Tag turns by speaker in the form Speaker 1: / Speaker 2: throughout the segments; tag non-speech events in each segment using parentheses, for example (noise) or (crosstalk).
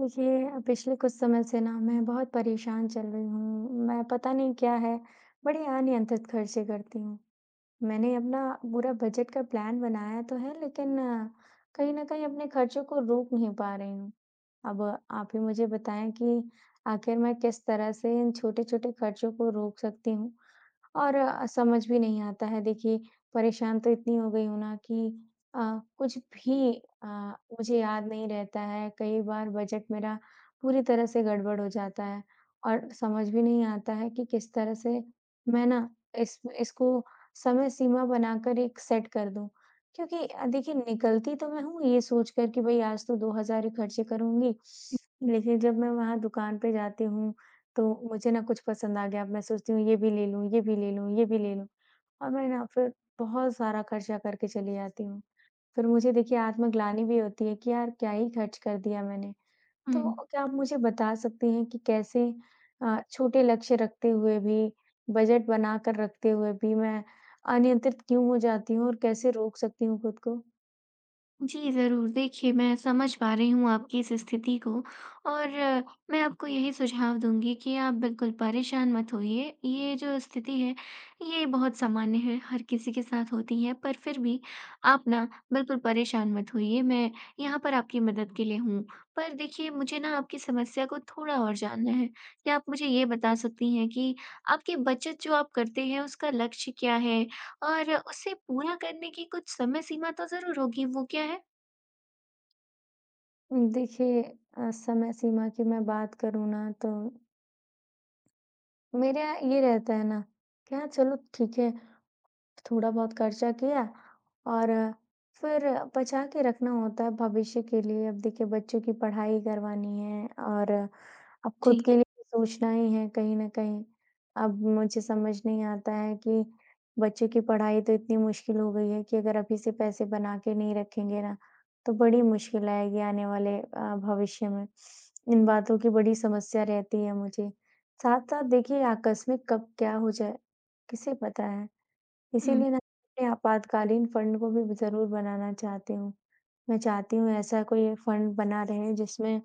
Speaker 1: देखिए पिछले कुछ समय से ना मैं बहुत परेशान चल रही हूँ। मैं पता नहीं क्या है, बड़े अनियंत्रित खर्चे करती हूँ। मैंने अपना पूरा बजट का प्लान बनाया तो है लेकिन कहीं न कहीं अपने खर्चों को रोक नहीं पा रही हूँ। अब आप ही मुझे बताएँ कि आखिर मैं किस तरह से इन छोटे-छोटे खर्चों को रोक सकती हूँ? और समझ भी नहीं आता है देखिए, परेशान तो इतनी हो गई हूँ ना कि अ, कुछ भी अ, मुझे याद नहीं रहता है, कई बार बजट मेरा पूरी तरह से गड़बड़ हो जाता है और समझ भी नहीं आता है कि किस तरह से मैं ना इस इसको समय सीमा बनाकर एक सेट कर दूँ। क्योंकि देखिए निकलती तो मैं हूँ ये सोच कर कि भई आज तो 2000 ही खर्चे करूँगी, लेकिन जब मैं वहाँ दुकान पे जाती हूँ तो मुझे ना कुछ पसंद आ गया, अब मैं सोचती हूँ ये भी ले लूँ, ये भी ले लूँ, ये भी ले लूँ और मैं ना फिर बहुत सारा खर्चा करके चली जाती हूँ। फिर मुझे देखिए आत्मग्लानि भी होती है कि यार क्या ही खर्च कर दिया मैंने।
Speaker 2: हुँ।
Speaker 1: तो क्या आप मुझे बता सकती हैं कि कैसे छोटे लक्ष्य रखते हुए भी, बजट बनाकर रखते हुए भी मैं अनियंत्रित क्यों हो जाती हूँ और कैसे रोक सकती हूँ खुद को?
Speaker 2: जी, ज़रूर। देखिए, मैं समझ पा रही हूँ आपकी इस स्थिति को और मैं आपको यही सुझाव दूँगी कि आप बिल्कुल परेशान मत होइए। ये जो स्थिति है, ये बहुत सामान्य है, हर किसी के साथ होती है, पर फिर भी आप ना बिल्कुल परेशान मत होइए, मैं यहाँ पर आपकी मदद के लिए हूँ। पर देखिए, मुझे ना आपकी समस्या को थोड़ा और जानना है। क्या आप मुझे ये बता सकती हैं कि आपकी बचत जो आप करते हैं, उसका लक्ष्य क्या है? और उसे पूरा करने की कुछ समय सीमा तो ज़रूर होगी, वो क्या है?
Speaker 1: देखिए समय सीमा की मैं बात करूँ ना तो मेरा ये रहता है ना, क्या चलो ठीक है थोड़ा बहुत खर्चा किया और फिर बचा के रखना होता है भविष्य के लिए। अब देखिए बच्चों की पढ़ाई करवानी है और अब
Speaker 2: जी।
Speaker 1: खुद के लिए भी सोचना ही है कहीं न कहीं। अब मुझे समझ नहीं आता है कि बच्चों की पढ़ाई तो इतनी मुश्किल हो गई है कि अगर अभी से पैसे बना के नहीं रखेंगे ना, तो बड़ी मुश्किल आएगी आने वाले भविष्य में। इन बातों की बड़ी समस्या रहती है मुझे। साथ-साथ देखिए आकस्मिक कब क्या हो जाए, किसे पता है?
Speaker 2: हुँ,
Speaker 1: इसीलिए ना अपने आपातकालीन फंड को भी ज़रूर बनाना चाहती हूँ। मैं चाहती हूँ ऐसा कोई फंड बना रहे जिसमें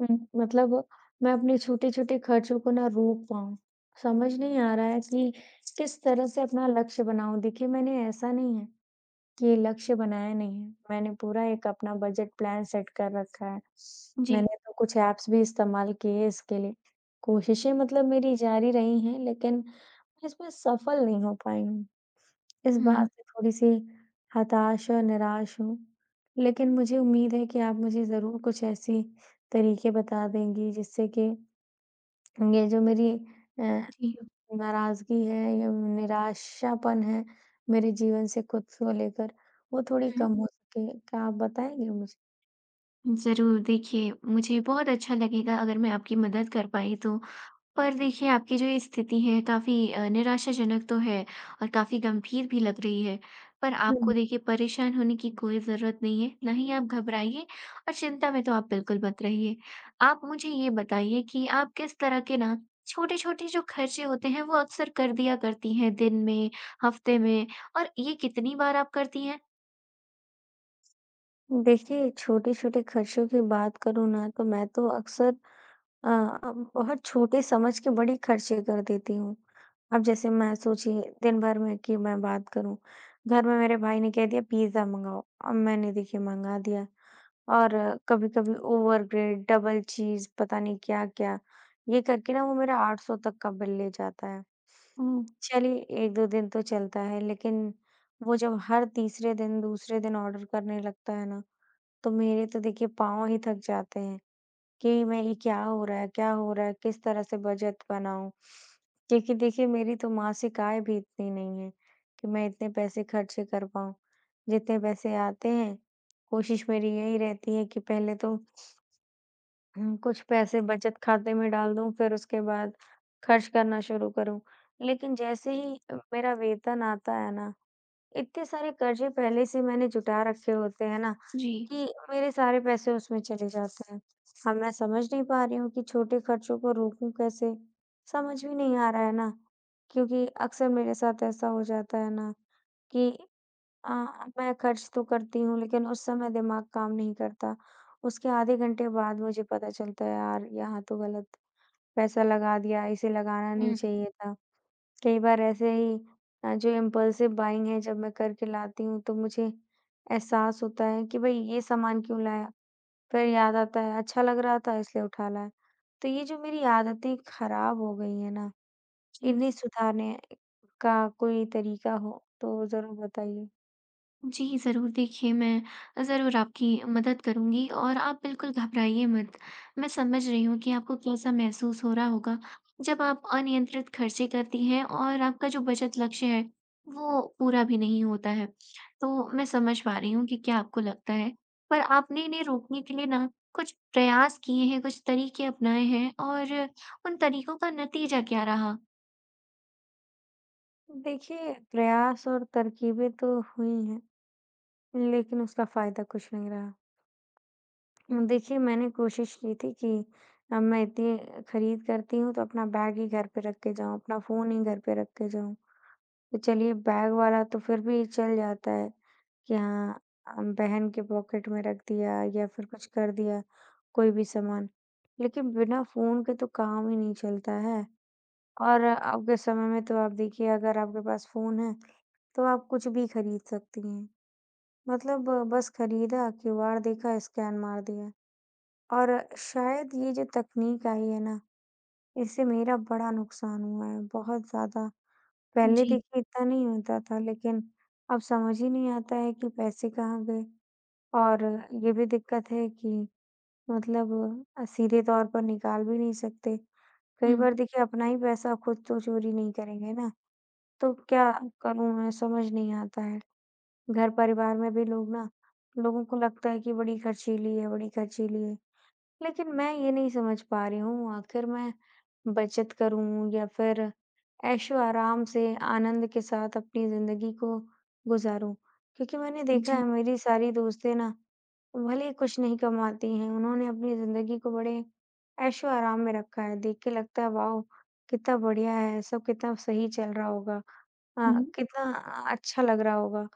Speaker 1: मतलब मैं अपने छोटे-छोटे खर्चों को ना रोक पाऊँ। समझ नहीं आ रहा है कि किस तरह से अपना लक्ष्य बनाऊँ। देखिए मैंने ऐसा नहीं है कि लक्ष्य बनाया नहीं है। मैंने पूरा एक अपना बजट प्लान सेट कर रखा है।
Speaker 2: जी।
Speaker 1: मैंने तो कुछ ऐप्स भी इस्तेमाल किए इसके लिए। कोशिशें मतलब मेरी जारी रही हैं लेकिन मैं इसमें सफल नहीं हो पाई हूँ। इस
Speaker 2: हुँ,
Speaker 1: बात से थोड़ी-सी हताश और निराश हूँ। लेकिन मुझे उम्मीद है कि आप मुझे ज़रूर कुछ ऐसी तरीके बता देंगी जिससे कि ये जो मेरी अ,
Speaker 2: जी।
Speaker 1: नाराज़गी है या निराशापन है मेरे जीवन से खुद को लेकर, वो थोड़ी
Speaker 2: हुँ।
Speaker 1: कम हो सके। क्या आप बताएँगे मुझे?
Speaker 2: ज़रूर, देखिए मुझे बहुत अच्छा लगेगा अगर मैं आपकी मदद कर पाई तो। पर देखिए, आपकी जो ये स्थिति है काफ़ी निराशाजनक तो है और काफ़ी गंभीर भी लग रही है। पर आपको
Speaker 1: हुँ।
Speaker 2: देखिए परेशान होने की कोई ज़रूरत नहीं है, ना ही आप घबराइए और चिंता में तो आप बिल्कुल मत रहिए। आप मुझे ये बताइए कि आप किस तरह के ना छोटे-छोटे जो खर्चे होते हैं वो अक्सर कर दिया करती हैं दिन में, हफ्ते में और ये कितनी बार आप करती हैं?
Speaker 1: देखिए, छोटे-छोटे खर्चों की बात करूँ ना, तो मैं तो अक्सर अ, अब बहुत छोटे समझ के बड़े खर्चे कर देती हूँ। अब जैसे मैं सोचिए दिन भर में की मैं बात करूँ, घर में मेरे भाई ने कह दिया पिज़्ज़ा मँगाओ, अब मैंने देखिए मँगा दिया और कभी-कभी ओवरब्रेड, डबल चीज़ पता नहीं क्या-क्या, ये करके ना वो मेरा 800 तक का बिल ले जाता है।
Speaker 2: हुँ,
Speaker 1: चलिए 1-2 दिन तो चलता है लेकिन वो जब हर तीसरे दिन, दूसरे दिन ऑर्डर करने लगता है ना, तो मेरे तो देखिए पाँव ही थक जाते हैं। कि मेरी क्या हो रहा है? किस तरह से बजट बनाऊँ? क्योंकि देखिए मेरी तो मासिक आय भी इतनी नहीं है कि मैं इतने पैसे खर्चे कर पाऊँ। जितने पैसे आते हैं, कोशिश मेरी यही रहती है कि पहले तो (clears throat) हुँ, कुछ पैसे बचत खाते में डाल दूँ फिर उसके बाद खर्च करना शुरू करूँ। लेकिन जैसे ही मेरा वेतन आता है ना इतने सारे कर्ज़े पहले से मैंने जुटा रखे होते हैं ना,
Speaker 2: जी।
Speaker 1: कि मेरे सारे पैसे उसमें चले जाते हैं। अब मैं समझ नहीं पा रही हूँ कि छोटे खर्चों को रोकूँ कैसे? समझ भी नहीं आ रहा है ना, क्योंकि अक्सर मेरे साथ ऐसा हो जाता है ना कि अ, मैं खर्च तो करती हूँ लेकिन उस समय दिमाग काम नहीं करता। उसके आधे घंटे बाद मुझे पता चलता है, यार यहाँ तो गलत पैसा लगा दिया, इसे लगाना नहीं
Speaker 2: हुँ।
Speaker 1: चाहिए था। कई बार ऐसे ही जो इम्पल्सिव बाइंग है जब मैं करके लाती हूँ तो मुझे एहसास होता है कि भाई ये सामान क्यों लाया? फिर याद आता है अच्छा लग रहा था इसलिए उठा लाया। तो ये जो मेरी आदतें खराब हो गई हैं ना,
Speaker 2: जी।
Speaker 1: इन्हें सुधारने का कोई तरीका हो तो ज़रूर बताइए।
Speaker 2: जी, ज़रूर देखिए मैं ज़रूर आपकी मदद करूँगी और आप बिल्कुल घबराइए मत। मैं समझ रही हूँ कि आपको कैसा महसूस हो रहा होगा जब आप अनियंत्रित खर्चे करती हैं और आपका जो बचत लक्ष्य है वो पूरा भी नहीं होता है। तो मैं समझ पा रही हूँ कि क्या आपको लगता है। पर आपने इन्हें रोकने के लिए ना कुछ प्रयास किए हैं, कुछ तरीके अपनाए हैं और उन तरीकों का नतीजा क्या रहा?
Speaker 1: देखिए प्रयास और तरकीबें तो हुई हैं, लेकिन उसका फ़ायदा कुछ नहीं रहा। देखिए, मैंने कोशिश की थी कि मैं इतनी खरीद करती हूँ तो अपना बैग ही घर पे रख के जाऊँ, अपना फ़ोन ही घर पे रख के जाऊँ। तो चलिए बैग वाला तो फिर भी चल जाता है कि हाँ बहन के पॉकेट में रख दिया या फिर कुछ कर दिया कोई भी सामान। लेकिन बिना फ़ोन के तो काम ही नहीं चलता है और अब के समय में तो आप देखिए अगर आपके पास फ़ोन है तो आप कुछ भी खरीद सकती हैं। मतलब बस खरीदा, क्यूआर देखा, स्कैन मार दिया। और शायद ये जो तकनीक आई है ना, इससे मेरा बड़ा नुकसान हुआ है, बहुत ज़्यादा। पहले
Speaker 2: जी।
Speaker 1: देखिए इतना नहीं होता था लेकिन अब समझ ही नहीं आता है कि पैसे कहाँ गए और ये भी दिक्कत है कि मतलब सीधे तौर पर निकाल भी नहीं सकते। कई
Speaker 2: हुँ।
Speaker 1: बार देखिए अपना ही पैसा खुद तो चोरी नहीं करेंगे ना, तो क्या करूँ मैं समझ नहीं आता है। घर परिवार में भी लोग ना लोगों को लगता है कि बड़ी खर्चीली है, बड़ी खर्चीली है। लेकिन मैं ये नहीं समझ पा रही हूँ आखिर मैं बचत करूँ या फिर ऐशो-आराम से आनंद के साथ अपनी ज़िंदगी को गुज़ारूँ। क्योंकि मैंने देखा है
Speaker 2: जी।
Speaker 1: मेरी सारी दोस्तें ना भले ही कुछ नहीं कमाती हैं, उन्होंने अपनी ज़िंदगी को बड़े ऐशो-आराम में रखा है। देख के लगता है वाओ! कितना बढ़िया है, सब कितना सही चल रहा होगा
Speaker 2: हुँ।
Speaker 1: कितना अच्छा लग रहा होगा।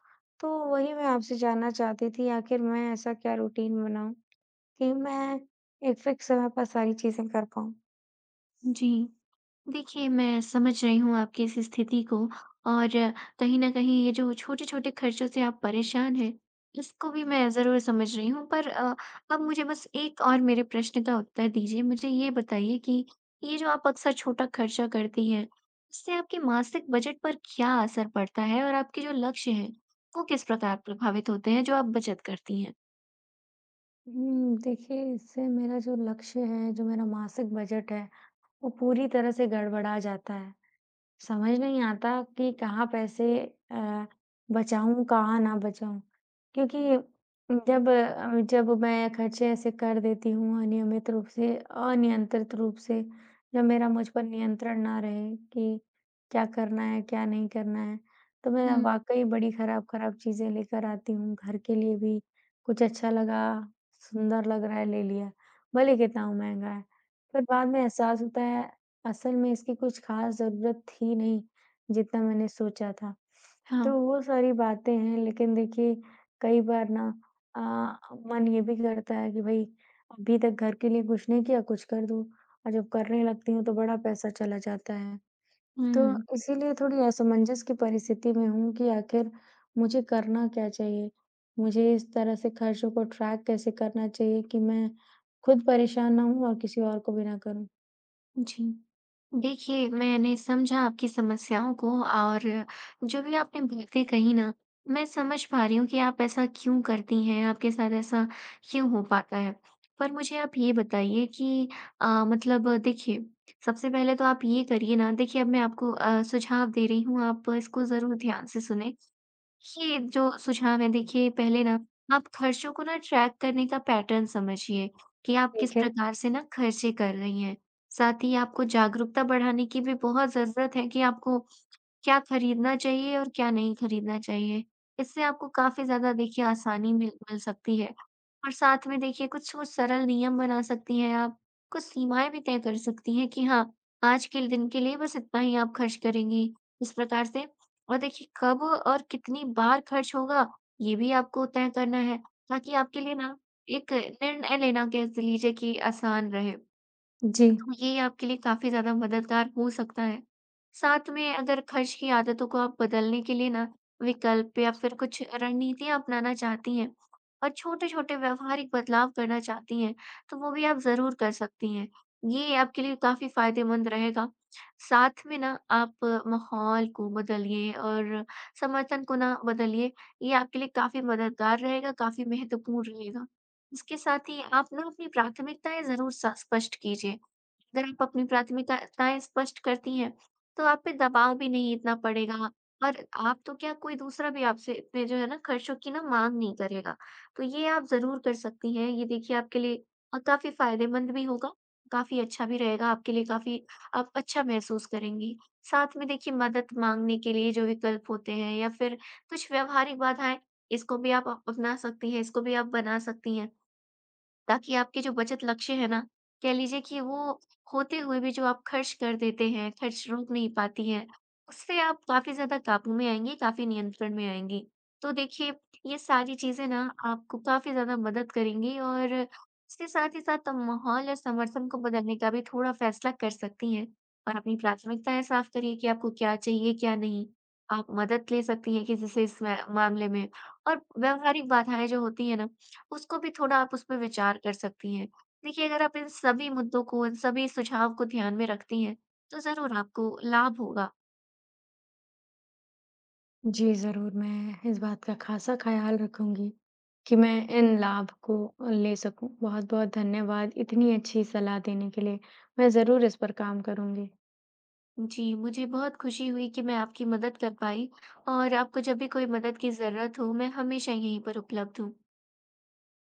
Speaker 1: तो वही मैं आपसे जानना चाहती थी आखिर मैं ऐसा क्या रूटीन बनाऊँ? कि मैं एक फ़िक्स समय पर सारी चीज़ें कर पाऊँ।
Speaker 2: जी। देखिए, मैं समझ रही हूँ आपकी इस स्थिति को और कहीं न कहीं ये जो छोटे-छोटे खर्चों से आप परेशान हैं, इसको भी मैं ज़रूर समझ रही हूँ। पर अब मुझे बस एक और मेरे प्रश्न का उत्तर दीजिए। मुझे ये बताइए कि ये जो आप अक्सर छोटा खर्चा करती हैं, इससे आपके मासिक बजट पर क्या असर पड़ता है और आपके जो लक्ष्य हैं, वो किस प्रकार प्रभावित होते हैं जो आप बचत करती हैं?
Speaker 1: हुँ, देखिए इससे मेरा जो लक्ष्य है, जो मेरा मासिक बजट है, वो पूरी तरह से गड़बड़ा जाता है। समझ नहीं आता कि कहाँ पैसे अ, बचाऊँ, कहाँ ना बचाऊँ। क्योंकि जब मैं खर्चे ऐसे कर देती हूँ अनियमित रूप से, अनियंत्रित रूप से, जब मेरा मुझ पर नियंत्रण ना रहे कि क्या करना है, क्या नहीं करना है, तो मैं
Speaker 2: हुँ,
Speaker 1: वाक़ई बड़ी खराब-खराब चीज़ें लेकर आती हूँ। घर के लिए भी कुछ अच्छा लगा, सुंदर लग रहा है, ले लिया, भले कितना महँगा है। फिर बाद में एहसास होता है असल में इसकी कुछ ख़ास ज़रूरत थी नहीं, जितना मैंने सोचा था।
Speaker 2: हाँ।
Speaker 1: तो वो सारी बातें हैं लेकिन देखिए कई बार ना अ, मन ये भी करता है कि भई अभी तक घर के लिए कुछ नहीं किया, कुछ कर दूँ और जब करने लगती हूँ तो बड़ा पैसा चला जाता है। तो
Speaker 2: हुँ।
Speaker 1: इसीलिए थोड़ी असमंजस की परिस्थिति में हूँ कि आखिर मुझे करना क्या चाहिए? मुझे इस तरह से खर्चों को ट्रैक कैसे करना चाहिए कि मैं खुद परेशान ना हूँ और किसी और को भी ना करूँ?
Speaker 2: जी। देखिए, मैंने समझा आपकी समस्याओं को और जो भी आपने बातें कही ना, मैं समझ पा रही हूँ कि आप ऐसा क्यों करती हैं, आपके साथ ऐसा क्यों हो पाता है। पर मुझे आप ये बताइए कि मतलब देखिए, सबसे पहले तो आप ये करिए ना देखिए अब मैं आपको सुझाव दे रही हूँ, आप इसको ज़रूर ध्यान से सुनें। ये जो सुझाव है देखिए पहले ना आप खर्चों को ना ट्रैक करने का पैटर्न समझिए कि आप किस
Speaker 1: ठीक है।
Speaker 2: प्रकार से ना खर्चे कर रही हैं। साथ ही आपको जागरूकता बढ़ाने की भी बहुत ज़रूरत है कि आपको क्या खरीदना चाहिए और क्या नहीं खरीदना चाहिए। इससे आपको काफ़ी ज़्यादा देखिए आसानी मिल मिल सकती है और साथ में देखिए कुछ वो सरल नियम बना सकती हैं आप, कुछ सीमाएँ भी तय कर सकती हैं कि हाँ, आज के दिन के लिए बस इतना ही आप खर्च करेंगी, इस प्रकार से। और देखिए कब और कितनी बार खर्च होगा, ये भी आपको तय करना है ताकि आपके लिए ना एक निर्णय लेना कह लीजिए कि आसान रहे।
Speaker 1: जी।
Speaker 2: तो ये आपके लिए काफ़ी ज़्यादा मददगार हो सकता है। साथ में अगर खर्च की आदतों को आप बदलने के लिए ना विकल्प या फिर कुछ रणनीतियाँ अपनाना चाहती हैं और छोटे-छोटे व्यवहारिक बदलाव करना चाहती हैं, तो वो भी आप ज़रूर कर सकती हैं। ये आपके लिए काफ़ी फ़ायदेमंद रहेगा। साथ में ना आप माहौल को बदलिए और समर्थन को ना बदलिए, ये आपके लिए काफ़ी मददगार रहेगा, काफ़ी महत्वपूर्ण रहेगा। इसके साथ ही आप ना अपनी प्राथमिकताएँ ज़रूर स स्पष्ट कीजिए। अगर आप अपनी प्राथमिकताएँ स्पष्ट करती हैं, तो आप पे दबाव भी नहीं इतना पड़ेगा और आप तो क्या कोई दूसरा भी आपसे इतने जो है ना खर्चों की ना माँग नहीं करेगा। तो ये आप ज़रूर कर सकती हैं, ये देखिए आपके लिए काफ़ी फ़ायदेमंद भी होगा, काफ़ी अच्छा भी रहेगा आपके लिए, काफ़ी आप अच्छा महसूस करेंगी। साथ में देखिए मदद माँगने के लिए जो विकल्प होते हैं या फिर कुछ व्यावहारिक बाधाएँ, इसको भी आप अपना सकती हैं, इसको भी आप बना सकती हैं। ताकि आपके जो बचत लक्ष्य है ना, कह लीजिए कि वो होते हुए भी जो आप खर्च कर देते हैं, खर्च रोक नहीं पाती हैं, उससे आप काफ़ी ज़्यादा काबू में आएँगी, काफ़ी नियंत्रण में आएँगी। तो देखिए, ये सारी चीज़ें ना आपको काफ़ी ज़्यादा मदद करेंगी और इसके साथ ही साथ आप माहौल और समर्थन को बदलने का भी थोड़ा फैसला कर सकती हैं और अपनी प्राथमिकताएँ साफ़ करिए कि आपको क्या चाहिए, क्या नहीं। आप मदद ले सकती हैं किसी से इस मै मामले में और व्यावहारिक बाधाएँ जो होती हैं ना उसको भी थोड़ा आप उसपे विचार कर सकती हैं। देखिए, अगर आप इन सभी मुद्दों को, इन सभी सुझाव को ध्यान में रखती हैं, तो ज़रूर आपको लाभ होगा।
Speaker 1: जी, ज़रूर, मैं इस बात का ख़ासा ख़्याल रखूँगी कि मैं इन लाभ को ले सकूँ। बहुत-बहुत धन्यवाद इतनी अच्छी सलाह देने के लिए। मैं ज़रूर इस पर काम करूँगी।
Speaker 2: जी, मुझे बहुत खुशी हुई कि मैं आपकी मदद कर पाई और आपको जब भी कोई मदद की ज़रूरत हो, मैं हमेशा यहीं पर उपलब्ध हूँ।